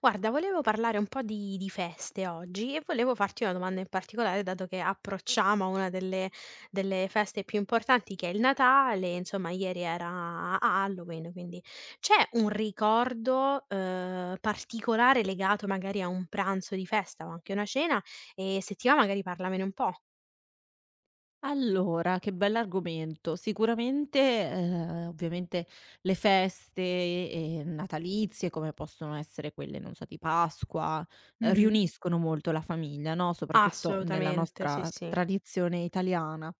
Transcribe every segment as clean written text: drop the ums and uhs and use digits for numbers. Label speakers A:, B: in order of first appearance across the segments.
A: Guarda, volevo parlare un po' di feste oggi e volevo farti una domanda in particolare, dato che approcciamo a una delle feste più importanti che è il Natale. Insomma ieri era Halloween, quindi c'è un ricordo, particolare legato magari a un pranzo di festa o anche una cena, e se ti va magari parlamene un po'.
B: Allora, che bell'argomento. Sicuramente, ovviamente le feste, natalizie, come possono essere quelle, non so, di Pasqua,
A: Mh-mh.
B: riuniscono molto la famiglia, no, soprattutto nella
A: Assolutamente, sì,
B: nostra
A: sì.
B: tradizione italiana.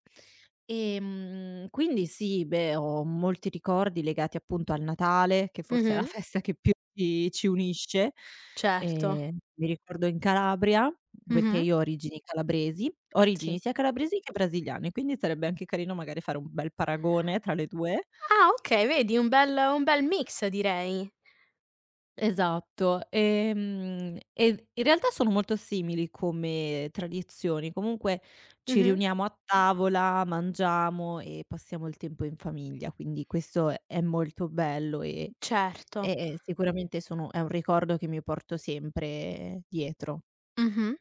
B: Quindi sì, beh, ho molti ricordi legati appunto al Natale, che forse è la
A: Mh-mh.
B: festa che più ci unisce.
A: Certo.
B: Mi ricordo in Calabria, perché
A: Mh-mh.
B: io ho origini calabresi, ho
A: Sì.
B: origini sia calabresi che brasiliane, quindi sarebbe anche carino magari fare un bel paragone tra le 2.
A: Ah, okay, vedi un bel mix direi.
B: Esatto, e in realtà sono molto simili come tradizioni, comunque ci
A: Mh-mh.
B: riuniamo a tavola, mangiamo e passiamo il tempo in famiglia, quindi questo è molto bello e e
A: Certo.
B: e sicuramente sono è un ricordo che mi porto sempre dietro.
A: Mh-mh.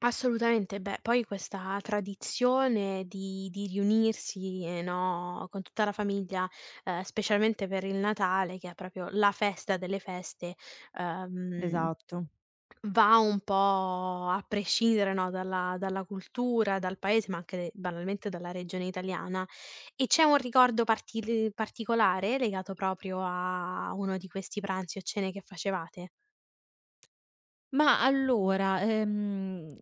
A: Assolutamente. Beh, poi questa tradizione di riunirsi, no, con tutta la famiglia, specialmente per il Natale, che è proprio la festa delle feste, ehm,
B: Esatto.
A: va un po' a prescindere, no, dalla cultura, dal paese, ma anche banalmente dalla regione italiana. E c'è un ricordo partili particolare legato proprio a uno di questi pranzi o cene che facevate?
B: Ma allora,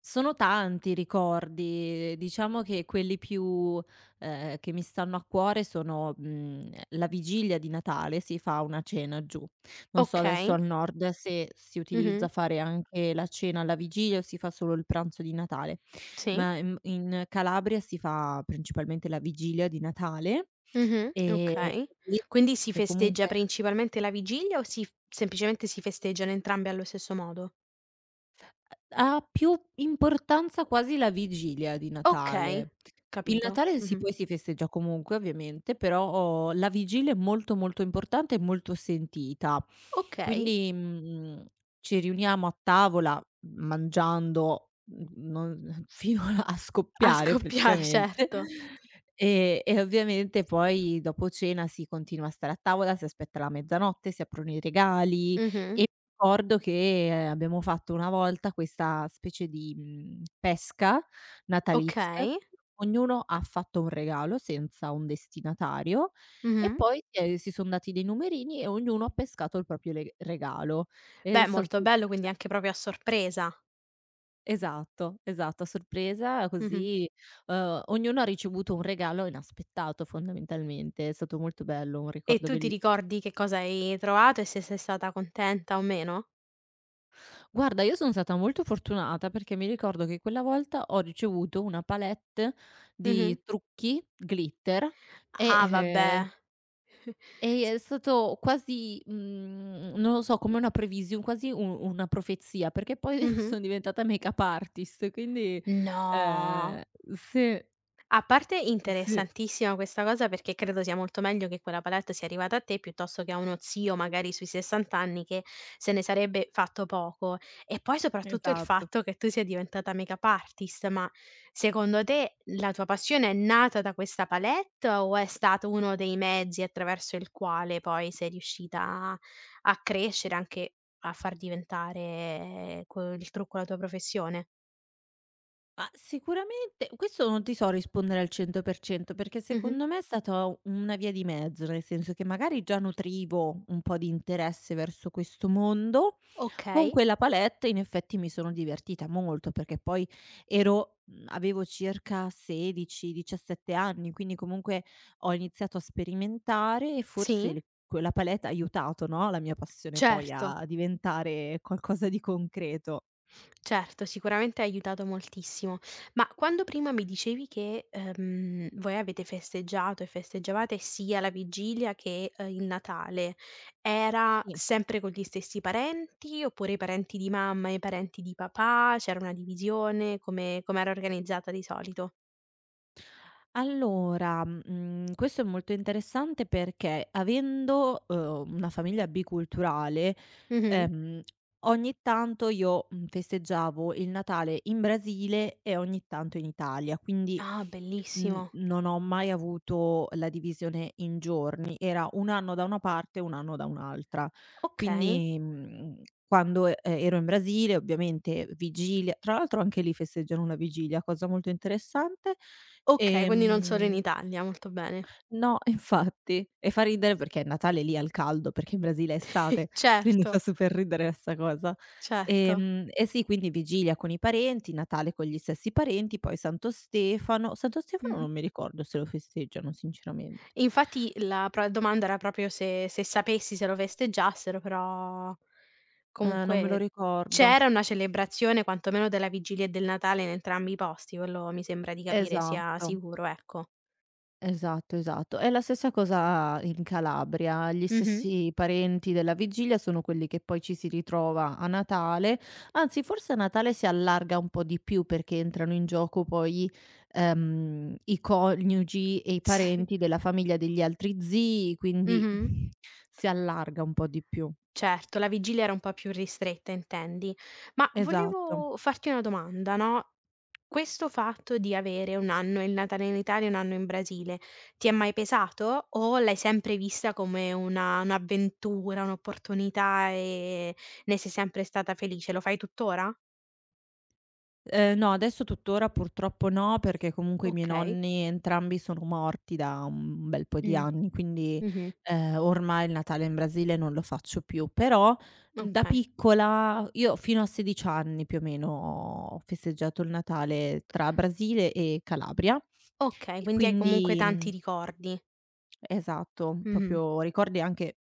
B: sono tanti i ricordi, diciamo che quelli più, che mi stanno a cuore sono, la vigilia di Natale si fa una cena giù. Non so adesso
A: Okay.
B: al nord se si
A: Mh-mh.
B: utilizza fare anche la cena alla vigilia o si fa solo il pranzo di Natale,
A: Sì.
B: ma in Calabria si fa principalmente la vigilia di Natale,
A: Mh-mh,
B: ehm,
A: okay.
B: lì,
A: Quindi si
B: che
A: festeggia
B: comunque
A: principalmente la vigilia o si f semplicemente si festeggiano entrambe allo stesso modo?
B: ha più importanza quasi la vigilia di
A: Okay,
B: Natale. Il
A: capito.
B: Natale sì,
A: Mh-mh.
B: poi si festeggia comunque ovviamente, però oh, la vigilia è molto, molto importante e molto sentita.
A: Okay.
B: Quindi, ci riuniamo a tavola, mangiando, non fino a
A: A
B: scoppiare
A: scoppiare,
B: praticamente
A: certo.
B: e ovviamente poi dopo cena si continua a stare a tavola, si aspetta la mezzanotte, si aprono i regali
A: Mh-mh.
B: e ricordo che abbiamo fatto una volta questa specie di, pesca natalizia,
A: Okay.
B: ognuno ha fatto un regalo senza un destinatario e
A: Mh-mh.
B: poi si son dati dei numerini e ognuno ha pescato il proprio le regalo. Ed è
A: Beh,
B: stato
A: molto
B: tutto
A: bello,
B: be-
A: quindi anche proprio a sorpresa.
B: esatto, esatto, a sorpresa
A: Mh-mh.
B: così, ognuno ha ricevuto un regalo inaspettato fondamentalmente. È stato molto bello, un
A: E
B: ricordo
A: tu ti
B: belli
A: ricordi che cosa hai trovato e se sei stata contenta o meno?
B: guarda, io sono stata molto fortunata perché mi ricordo che quella volta ho ricevuto una palette
A: Mh-mh.
B: di trucchi glitter e,
A: Ah, vabbè.
B: eh, e è stato quasi, non lo so, come una prevision quasi un una profezia, perché poi
A: Mh-mh.
B: sono diventata makeup artist, quindi,
A: No!
B: ehm sì,
A: A parte
B: sì,
A: interessantissima questa cosa, perché credo sia molto meglio che quella palette sia arrivata a te piuttosto che a uno zio magari sui 60 anni che se ne sarebbe fatto poco. E poi soprattutto il
B: esatto.
A: fatto che tu sia diventata makeup artist, ma secondo te la tua passione è nata da questa palette o è stato uno dei mezzi attraverso il quale poi sei riuscita a, a crescere, anche a far diventare il trucco la tua professione?
B: Ma sicuramente questo non ti so rispondere al 100% perché
A: Mhm.
B: secondo me è stata una via di mezzo, nel senso che magari già nutrivo un po' di interesse verso questo mondo,
A: Ok,
B: con quella palette in effetti mi sono divertita molto perché poi avevo circa 16, 17 anni, quindi comunque ho iniziato a sperimentare e
A: sì,
B: forse le quella palette ha aiutato, no, la mia passione poi
A: certo.
B: a diventare qualcosa di concreto.
A: Certo, sicuramente ha aiutato moltissimo. Ma quando prima mi dicevi che, voi avete festeggiato e festeggiavate sia la vigilia che, il Natale, era
B: Sì.
A: sempre con gli stessi parenti, oppure i parenti di mamma e i parenti di papà? C'era una divisione? Come com'era organizzata di solito?
B: Allora, questo è molto interessante perché avendo, una famiglia biculturale,
A: Mh-mh.
B: ehm, ogni tanto io, festeggiavo il Natale in Brasile e ogni tanto in Italia, quindi
A: Ah, bellissimo.
B: Non ho mai avuto la divisione in giorni, era 1 anno da una parte e 1 anno da un'altra.
A: Okay.
B: Quindi, quando ero in Brasile ovviamente vigilia, tra l'altro anche lì festeggiano la vigilia, cosa molto interessante.
A: Okay, quindi non solo in
B: ehm
A: Italia, molto bene.
B: No, infatti. E fa ridere perché è Natale lì al caldo, perché in Brasile è estate, quindi fa
A: Certo,
B: super ridere 'sta cosa.
A: certo.
B: E sì, quindi vigilia con i parenti, Natale con gli stessi parenti, poi Santo Stefano
A: Mh-mh.
B: non mi ricordo se lo festeggiano sinceramente.
A: Infatti la pro domanda era proprio se sapessi se lo festeggiassero, però
B: Non me lo
A: comunque
B: ricordo.
A: c'era una celebrazione quantomeno della vigilia e del Natale in entrambi i posti, quello mi sembra di capire sia
B: Esatto.
A: sicuro, ecco.
B: Esatto, esatto. È la stessa cosa in Calabria, gli
A: Mh-mh.
B: stessi parenti della vigilia sono quelli che poi ci si ritrova a Natale, anzi forse a Natale si allarga un po' di più perché entrano in gioco poi, i coniugi e i
A: Sì.
B: parenti della famiglia degli altri zii, quindi
A: Mh-mh.
B: si allarga un po' di più.
A: Certo, la vigilia era un po' più ristretta intendi. Ma
B: Esatto.
A: volevo farti una domanda, no, questo fatto di avere 1 anno il Natale in Italia e 1 anno in Brasile, ti è mai pesato o l'hai sempre vista come una un'avventura, un'opportunità e ne sei sempre stata felice? Lo fai tuttora?
B: No, adesso tutt'ora purtroppo no, perché comunque i miei
A: Okay.
B: nonni entrambi sono morti da un bel po' di
A: Mh.
B: anni, quindi,
A: Mh-mh.
B: ormai il Natale in Brasile non lo faccio più. Però da
A: Okay.
B: piccola io fino a 16 anni più o meno ho festeggiato il Natale tra Brasile e Calabria
A: Okay,
B: e
A: quindi hai comunque
B: quindi
A: tanti ricordi.
B: esatto,
A: Mh-mh.
B: proprio ricordi anche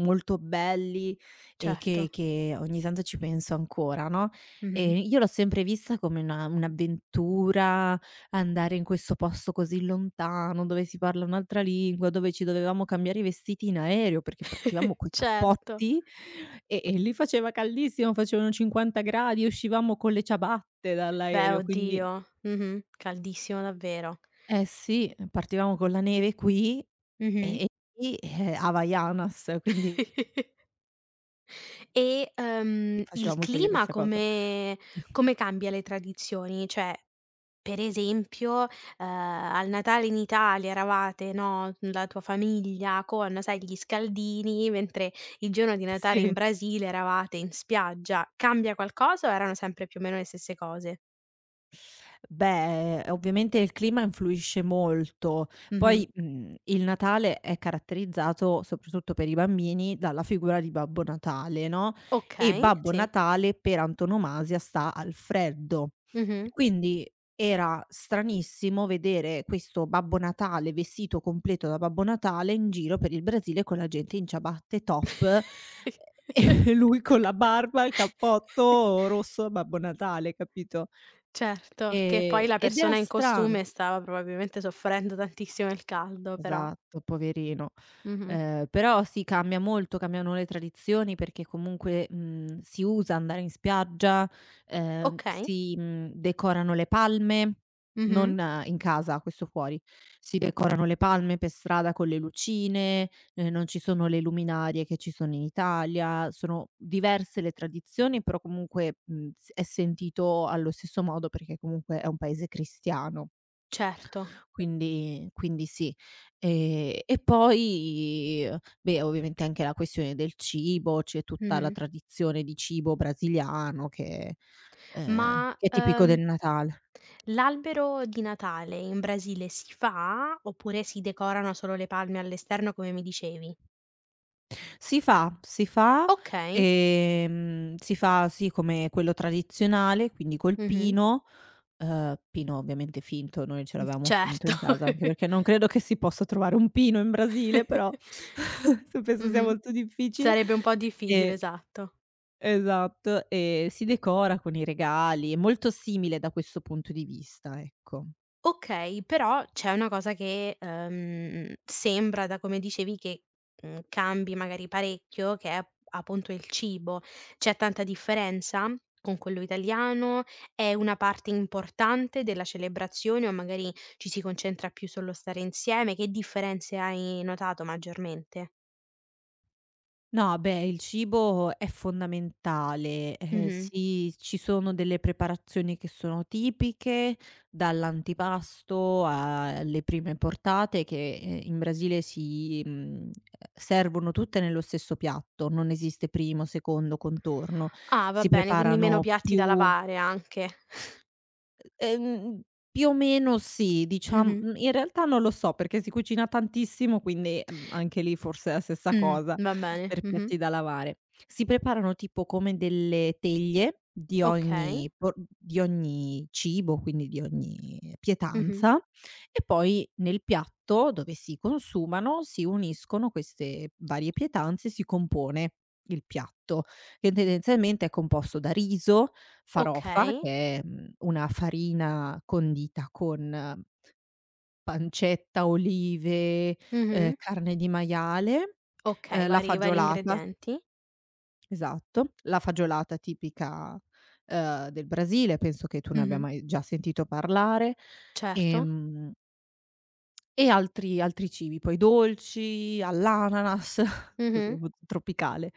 B: molto belli e
A: Certo.
B: che ogni tanto ci penso ancora, no,
A: Mh-mh.
B: io l'ho sempre vista come una un'avventura, andare in questo posto così lontano, dove si parla un'altra lingua, dove ci dovevamo cambiare i vestiti in aereo perché partivamo coi
A: Certo.
B: cappotti e lì faceva caldissimo, facevano 50 gradi, uscivamo con le ciabatte
A: Beh,
B: dall'aereo, quindi
A: oddio. Mh-mh. Caldissimo davvero.
B: eh sì, partivamo con la neve qui
A: Mh-mh.
B: e lì, Havaianas, quindi
A: E,
B: faceva
A: il
B: molto ridere
A: clima
B: questa cosa.
A: come cambia le tradizioni? Cioè, per esempio, al Natale in Italia eravate, no, la tua famiglia con, sai, gli scaldini, mentre il giorno di Natale in
B: Sì.
A: Brasile eravate in spiaggia. Cambia qualcosa o erano sempre più o meno le stesse cose?
B: Beh, ovviamente il clima influisce molto.
A: Mh-mh.
B: Poi, il Natale è caratterizzato, soprattutto per i bambini, dalla figura di Babbo Natale, no, e
A: Okay,
B: Babbo
A: sì.
B: Natale per antonomasia sta al freddo.
A: Mh-mh.
B: Quindi era stranissimo vedere questo Babbo Natale vestito completo da Babbo Natale in giro per il Brasile con la gente in ciabatte top, e lui con la barba, il cappotto rosso da Babbo Natale, capito?
A: Certo, che poi la
B: Ed
A: persona
B: era
A: in
B: strano.
A: costume stava probabilmente soffrendo tantissimo il caldo però.
B: Esatto, poverino.
A: Mh-mh.
B: Però sì, cambia molto, cambiano le tradizioni perché comunque, si usa andare in spiaggia,
A: Okay.
B: si, decorano le palme,
A: Mh-mh.
B: non in casa, questo fuori. Si decorano le palme per strada con le lucine, non ci sono le luminarie che ci sono in Italia, sono diverse le tradizioni, però comunque, s è sentito allo stesso modo perché comunque è un paese cristiano.
A: Certo.
B: Quindi sì. E poi, beh, ovviamente anche la questione del cibo, c'è tutta la
A: Mh-mh.
B: tradizione di cibo brasiliano che ehm,
A: Ma,
B: che è tipico del Natale.
A: l'albero di Natale in Brasile si fa oppure si decorano solo le palme all'esterno come mi dicevi?
B: Si fa, si fa,
A: Okay.
B: si fa sì come quello tradizionale, quindi col
A: Mh-mh.
B: pino, pino ovviamente finto, noi ce l'avevamo finto
A: Certo.
B: in casa, anche perché non credo che si possa trovare un pino in Brasile, però penso sia
A: Mh-mh.
B: molto difficile.
A: Sarebbe un po' difficile,
B: E
A: esatto.
B: Esatto, e si decora con i regali, è molto simile da questo punto di vista, ecco.
A: Okay, però c'è una cosa che, sembra da come dicevi che, cambi magari parecchio, che è ap appunto il cibo. C'è tanta differenza con quello italiano? È una parte importante della celebrazione o magari ci si concentra più sullo stare insieme? Che differenze hai notato maggiormente?
B: No, beh, il cibo è fondamentale.
A: Mh-mh.
B: Sì, ci sono delle preparazioni che sono tipiche, dall'antipasto alle prime portate, che in Brasile si servono tutte nello stesso piatto, non esiste primo, secondo, contorno.
A: Ah, va
B: Si
A: bene, quindi meno
B: preparano
A: piatti da
B: più
A: lavare anche.
B: Ehm, più o meno sì, diciam
A: Mh-mh.
B: in realtà non lo so perché si cucina tantissimo, quindi, anche lì forse è la stessa
A: Mh,
B: cosa
A: va bene.
B: per
A: Mh-mh.
B: piatti da lavare. Si preparano tipo come delle teglie di
A: Okay.
B: ogni por di ogni cibo, quindi di ogni
A: Mh-mh.
B: pietanza, e poi nel piatto dove si consumano si uniscono queste varie pietanze e si compone il piatto, che tendenzialmente è composto da riso, farofa,
A: Okay.
B: che è, una farina condita con pancetta, olive,
A: Mh-mh.
B: carne di maiale,
A: Okay,
B: la
A: vari
B: fagiolata,
A: ingredienti.
B: esatto, la fagiolata tipica, del Brasile, penso che tu ne abbia
A: Mh-mh.
B: mai già sentito parlare,
A: Certo.
B: ehm, e altri cibi, poi dolci, all'ananas, così,
A: Mh-mh.
B: molto tropicale.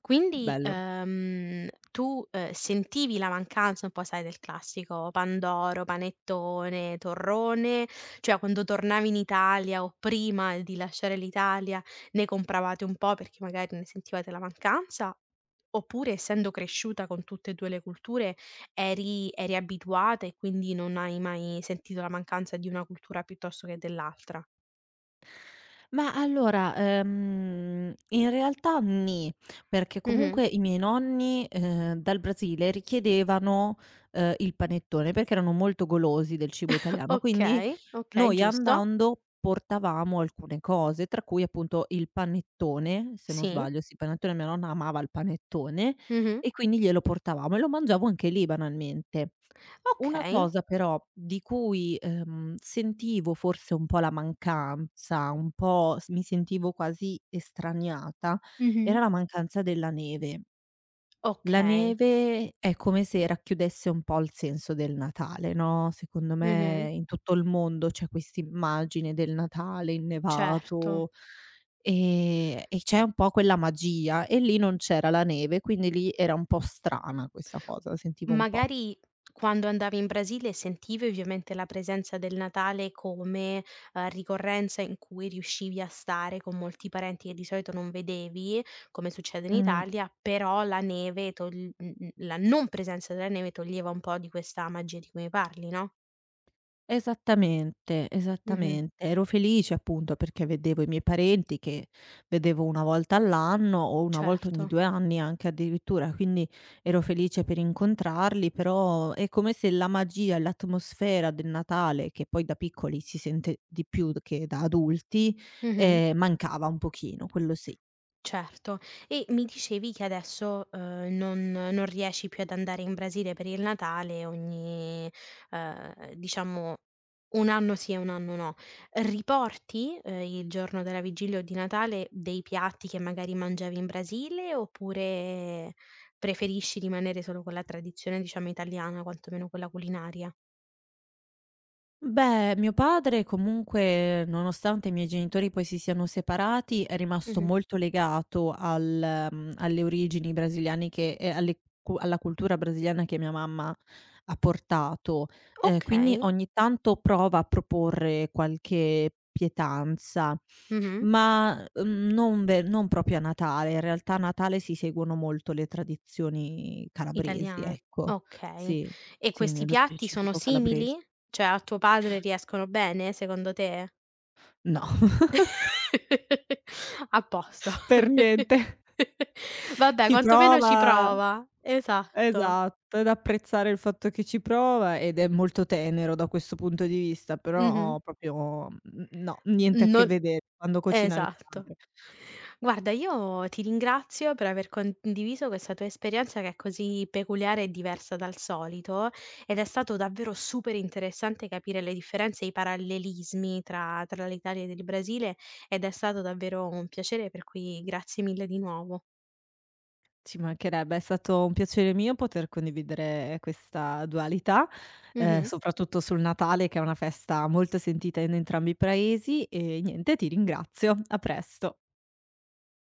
A: Quindi,
B: Bello.
A: tu, sentivi la mancanza un po', sai, del classico pandoro, panettone, torrone? Cioè, quando tornavi in Italia o prima di lasciare l'Italia, ne compravate un po' perché magari ne sentivate la mancanza? Oppure, essendo cresciuta con tutte e 2 le culture, eri abituata e quindi non hai mai sentito la mancanza di una cultura piuttosto che dell'altra?
B: Ma allora, in realtà nì, perché
A: Mh-mh.
B: comunque i miei nonni, dal Brasile richiedevano, il panettone, perché erano molto golosi del cibo italiano, quindi
A: Okay, okay,
B: noi
A: giusto.
B: andando portavamo alcune cose, tra cui appunto il panettone, se non
A: Sì.
B: sbaglio, sì, panettone, mia nonna amava il panettone
A: Mh-mh.
B: e quindi glielo portavamo e lo mangiavo anche lì banalmente. Una
A: Okay.
B: cosa però di cui, sentivo forse un po' la mancanza, un po' s mi sentivo quasi estraniata,
A: Mh-mh.
B: era la mancanza della neve. La
A: Okay.
B: neve è come se racchiudesse un po' il senso del Natale, no, secondo me
A: Mh-mh.
B: in tutto il mondo c'è quest'immagine del Natale
A: Certo.
B: innevato, e c'è un po' quella magia e lì non c'era la neve, quindi lì era un po' strana questa cosa, la sentivo un po'.
A: Magari quando andavi in Brasile sentivi ovviamente la presenza del Natale come, ricorrenza in cui riuscivi a stare con molti parenti che di solito non vedevi, come succede in
B: Mh-mh.
A: Italia, però la neve togl la non presenza della neve toglieva un po' di questa magia di cui mi parli, no?
B: Esattamente,
A: Mh-mh.
B: esattamente. Ero felice appunto perché vedevo i miei parenti che vedevo 1 volta all'anno o 1 volta ogni
A: Certo.
B: 2 anni anche addirittura, quindi ero felice per incontrarli, però è come se la magia e l'atmosfera del Natale, che poi da piccoli si sente di più d che da adulti,
A: Mh-mh.
B: mancava un pochino, quello sì.
A: Certo. E mi dicevi che adesso, non riesci più ad andare in Brasile per il Natale ogni diciamo 1 anno sì e 1 anno no. Riporti, il giorno della vigilia o di Natale dei piatti che magari mangiavi in Brasile, oppure preferisci rimanere solo con la tradizione, diciamo, italiana, quantomeno quella culinaria?
B: Beh, mio padre comunque, nonostante i miei genitori poi si siano separati, è rimasto
A: Mh-mh.
B: molto legato al, alle origini brasiliane che e alle cu alla cultura brasiliana che mia mamma ha portato. Quindi
A: Okay.
B: ogni tanto prova a proporre qualche pietanza,
A: Mh-mh.
B: ma, non proprio a Natale. In realtà a Natale si seguono molto le tradizioni calabresi,
A: Italian
B: ecco.
A: okay.
B: Sì,
A: E
B: sì,
A: questi
B: nello
A: piatti sono
B: specifico calabresi.
A: simili? Cioè a tuo padre riescono bene secondo te?
B: No.
A: A posto.
B: Per niente.
A: Vabbè
B: Ci
A: quantomeno ci
B: prova,
A: prova. Esatto.
B: esatto, è da apprezzare il fatto che ci prova ed è molto tenero da questo punto di vista,
A: Mh-mh.
B: però proprio, no, niente a che
A: Non
B: vedere quando cucina mia
A: Esatto.
B: madre.
A: Guarda, io ti ringrazio per aver condiviso questa tua esperienza che è così peculiare e diversa dal solito ed è stato davvero super interessante capire le differenze e i parallelismi tra, tra l'Italia ed il Brasile ed è stato davvero un piacere, per cui grazie mille di nuovo.
B: Ci mancherebbe, è stato un piacere mio poter condividere questa dualità,
A: Mhm.
B: soprattutto sul Natale che è una festa molto sentita in entrambi i paesi e niente, ti ringrazio. A presto.